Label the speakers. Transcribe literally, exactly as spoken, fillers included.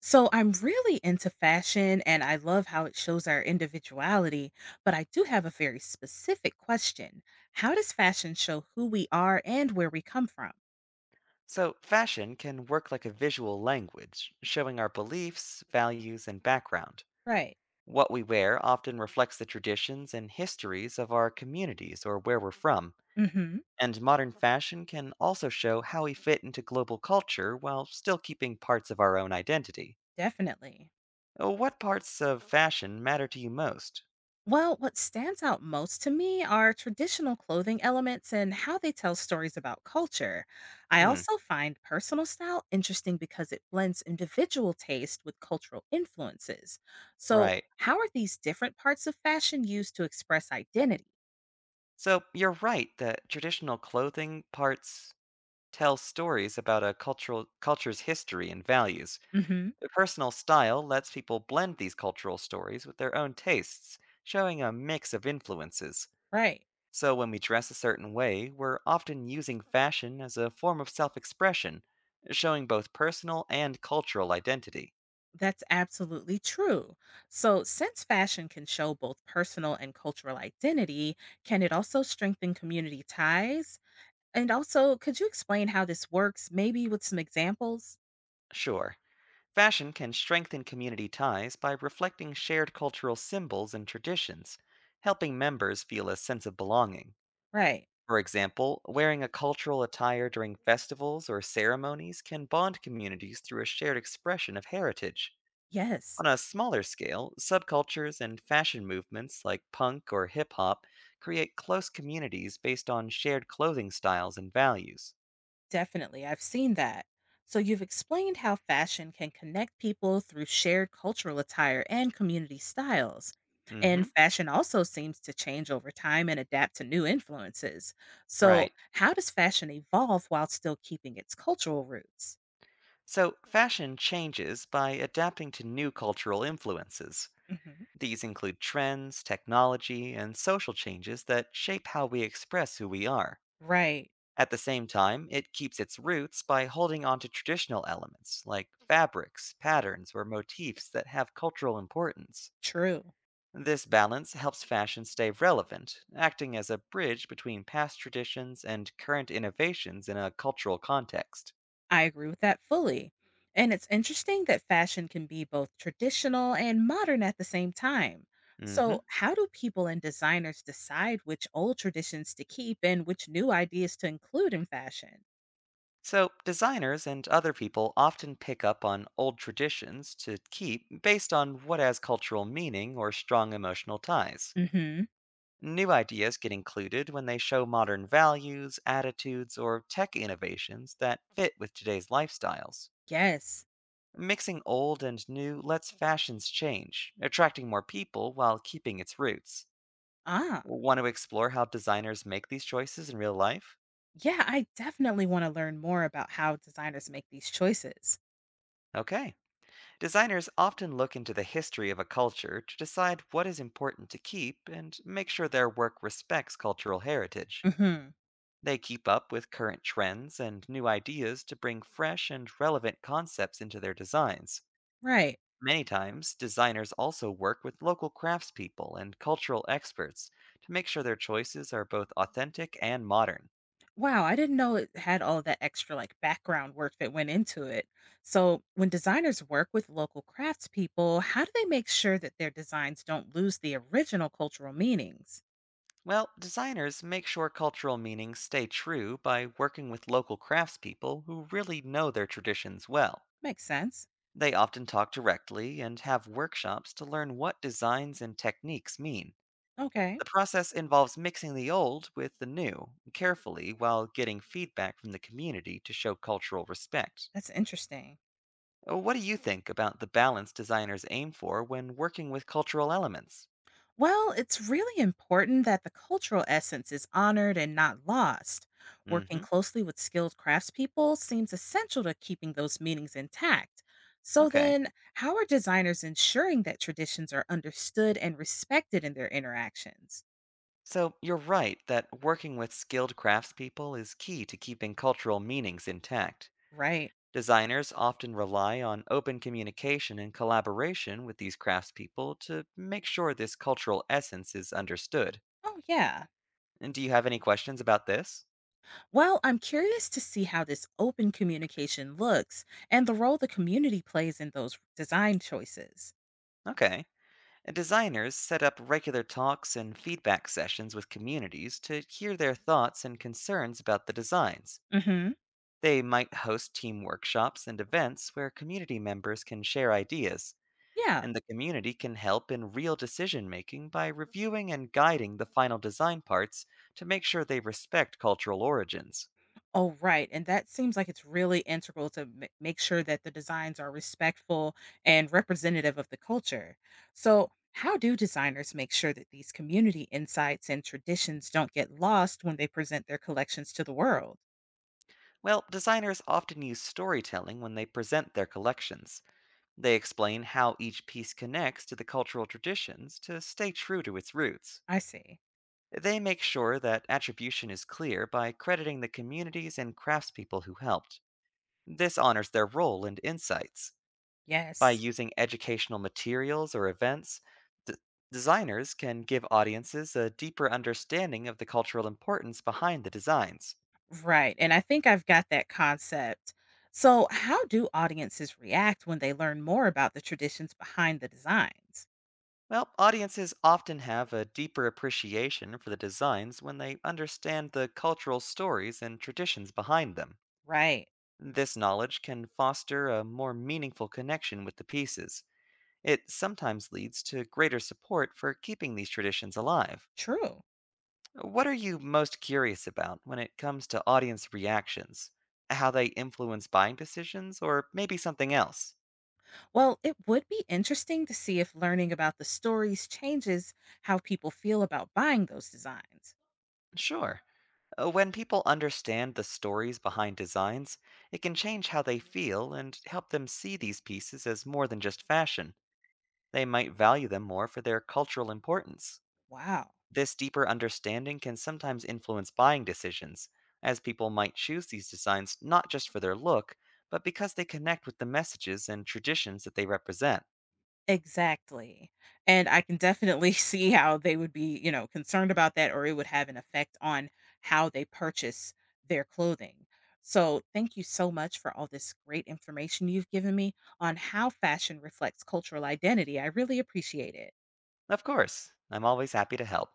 Speaker 1: So I'm really into fashion and I love how it shows our individuality, but I do have a very specific question. How does fashion show who we are and where we come from?
Speaker 2: So, fashion can work like a visual language, showing our beliefs, values, and background.
Speaker 1: Right.
Speaker 2: What we wear often reflects the traditions and histories of our communities or where we're from,
Speaker 1: Mhm.
Speaker 2: and modern fashion can also show how we fit into global culture while still keeping parts of our own identity.
Speaker 1: Definitely.
Speaker 2: Uh, What parts of fashion matter to you most?
Speaker 1: Well, what stands out most to me are traditional clothing elements and how they tell stories about culture. I
Speaker 2: Hmm,
Speaker 1: also find personal style interesting because it blends individual taste with cultural influences. So,
Speaker 2: right.
Speaker 1: how are these different parts of fashion used to express identity?
Speaker 2: So, you're right that traditional clothing parts tell stories about a cultural culture's history and values.
Speaker 1: Mhm.
Speaker 2: The personal style lets people blend these cultural stories with their own tastes, showing a mix of influences.
Speaker 1: Right.
Speaker 2: So when we dress a certain way, we're often using fashion as a form of self expression, showing both personal and cultural identity.
Speaker 1: That's absolutely true. So, since fashion can show both personal and cultural identity, can it also strengthen community ties? And also, could you explain how this works, maybe with some examples?
Speaker 2: Sure, fashion can strengthen community ties by reflecting shared cultural symbols and traditions, helping members feel a sense of belonging.
Speaker 1: Right.
Speaker 2: For example, wearing a cultural attire during festivals or ceremonies can bond communities through a shared expression of heritage.
Speaker 1: Yes.
Speaker 2: On a smaller scale, subcultures and fashion movements like punk or hip hop create close communities based on shared clothing styles and values.
Speaker 1: Definitely, I've seen that. So, you've explained how fashion can connect people through shared cultural attire and community styles.
Speaker 2: Mm
Speaker 1: And
Speaker 2: hmm,
Speaker 1: fashion also seems to change over time and adapt to new influences. So,
Speaker 2: right.
Speaker 1: how does fashion evolve while still keeping its cultural roots?
Speaker 2: So, fashion changes by adapting to new cultural influences.
Speaker 1: Hmm.
Speaker 2: These include trends, technology, and social changes that shape how we express who we are.
Speaker 1: Right,
Speaker 2: At the same time, it keeps its roots by holding on to traditional elements like fabrics, patterns, or motifs that have cultural importance.
Speaker 1: true.
Speaker 2: This balance helps fashion stay relevant, acting as a bridge between past traditions and current innovations in a cultural context.
Speaker 1: I agree with that fully. And it's interesting that fashion can be both traditional and modern at the same time.
Speaker 2: hmm
Speaker 1: So, how do people and designers decide which old traditions to keep and which new ideas to include in fashion?
Speaker 2: So, designers and other people often pick up on old traditions to keep based on what has cultural meaning or strong emotional ties.
Speaker 1: Mhm.
Speaker 2: New ideas get included when they show modern values, attitudes, or tech innovations that fit with today's lifestyles.
Speaker 1: Yes.
Speaker 2: Mixing old and new lets fashions change, attracting more people while keeping its roots.
Speaker 1: Ah.
Speaker 2: Want to explore how designers make these choices in real life?
Speaker 1: Yeah, I definitely want to learn more about how designers make these choices.
Speaker 2: Okay. Designers often look into the history of a culture to decide what is important to keep and make sure their work respects cultural heritage.
Speaker 1: Mhm.
Speaker 2: They keep up with current trends and new ideas to bring fresh and relevant concepts into their designs.
Speaker 1: Right.
Speaker 2: Many times, designers also work with local craftspeople and cultural experts to make sure their choices are both authentic and modern.
Speaker 1: Wow, I didn't know it had all that extra like background work that went into it. So, when designers work with local craftspeople, how do they make sure that their designs don't lose the original cultural meanings?
Speaker 2: Well, designers make sure cultural meanings stay true by working with local craftspeople who really know their traditions well.
Speaker 1: Makes sense.
Speaker 2: They often talk directly and have workshops to learn what designs and techniques mean.
Speaker 1: Okay,
Speaker 2: The process involves mixing the old with the new carefully while getting feedback from the community to show cultural respect.
Speaker 1: that's interesting.
Speaker 2: Uh, What do you think about the balance designers aim for when working with cultural elements?
Speaker 1: Well, it's really important that the cultural essence is honored and not lost. Working
Speaker 2: Mhm.
Speaker 1: closely with skilled craftspeople seems essential to keeping those meanings intact. So,
Speaker 2: Okay.
Speaker 1: then, how are designers ensuring that traditions are understood and respected in their interactions?
Speaker 2: So, you're right that working with skilled craftspeople is key to keeping cultural meanings intact.
Speaker 1: Right.
Speaker 2: Designers often rely on open communication and collaboration with these craftspeople to make sure this cultural essence is understood.
Speaker 1: Oh, yeah.
Speaker 2: And do you have any questions about this?
Speaker 1: Well, I'm curious to see how this open communication looks and the role the community plays in those design choices.
Speaker 2: Okay. And designers set up regular talks and feedback sessions with communities to hear their thoughts and concerns about the designs.
Speaker 1: Mm hmm.
Speaker 2: They might host team workshops and events where community members can share ideas,
Speaker 1: Yeah.
Speaker 2: and the community can help in real decision making by reviewing and guiding the final design parts to make sure they respect cultural origins.
Speaker 1: Oh, right, and that seems like it's really integral to ma make sure that the designs are respectful and representative of the culture. So, how do designers make sure that these community insights and traditions don't get lost when they present their collections to the world?
Speaker 2: Well, designers often use storytelling when they present their collections. They explain how each piece connects to the cultural traditions to stay true to its roots.
Speaker 1: I see.
Speaker 2: They make sure that attribution is clear by crediting the communities and craftspeople who helped. This honors their role and insights. By
Speaker 1: Yes.
Speaker 2: using educational materials or events, d- designers can give audiences a deeper understanding of the cultural importance behind the designs.
Speaker 1: Right, and I think I've got that concept. So, how do audiences react when they learn more about the traditions behind the designs?
Speaker 2: Well, audiences often have a deeper appreciation for the designs when they understand the cultural stories and traditions behind them.
Speaker 1: Right.
Speaker 2: This knowledge can foster a more meaningful connection with the pieces. It sometimes leads to greater support for keeping these traditions alive.
Speaker 1: True.
Speaker 2: What are you most curious about when it comes to audience reactions? How they influence buying decisions, or maybe something else?
Speaker 1: Well, it would be interesting to see if learning about the stories changes how people feel about buying those designs.
Speaker 2: Sure. Uh, When people understand the stories behind designs, it can change how they feel and help them see these pieces as more than just fashion. They might value them more for their cultural importance.
Speaker 1: Wow.
Speaker 2: This deeper understanding can sometimes influence buying decisions, as people might choose these designs not just for their look, but because they connect with the messages and traditions that they represent.
Speaker 1: Exactly. And I can definitely see how they would be, you know, concerned about that or it would have an effect on how they purchase their clothing. So, thank you so much for all this great information you've given me on how fashion reflects cultural identity. I really appreciate it.
Speaker 2: Of course, I'm always happy to help.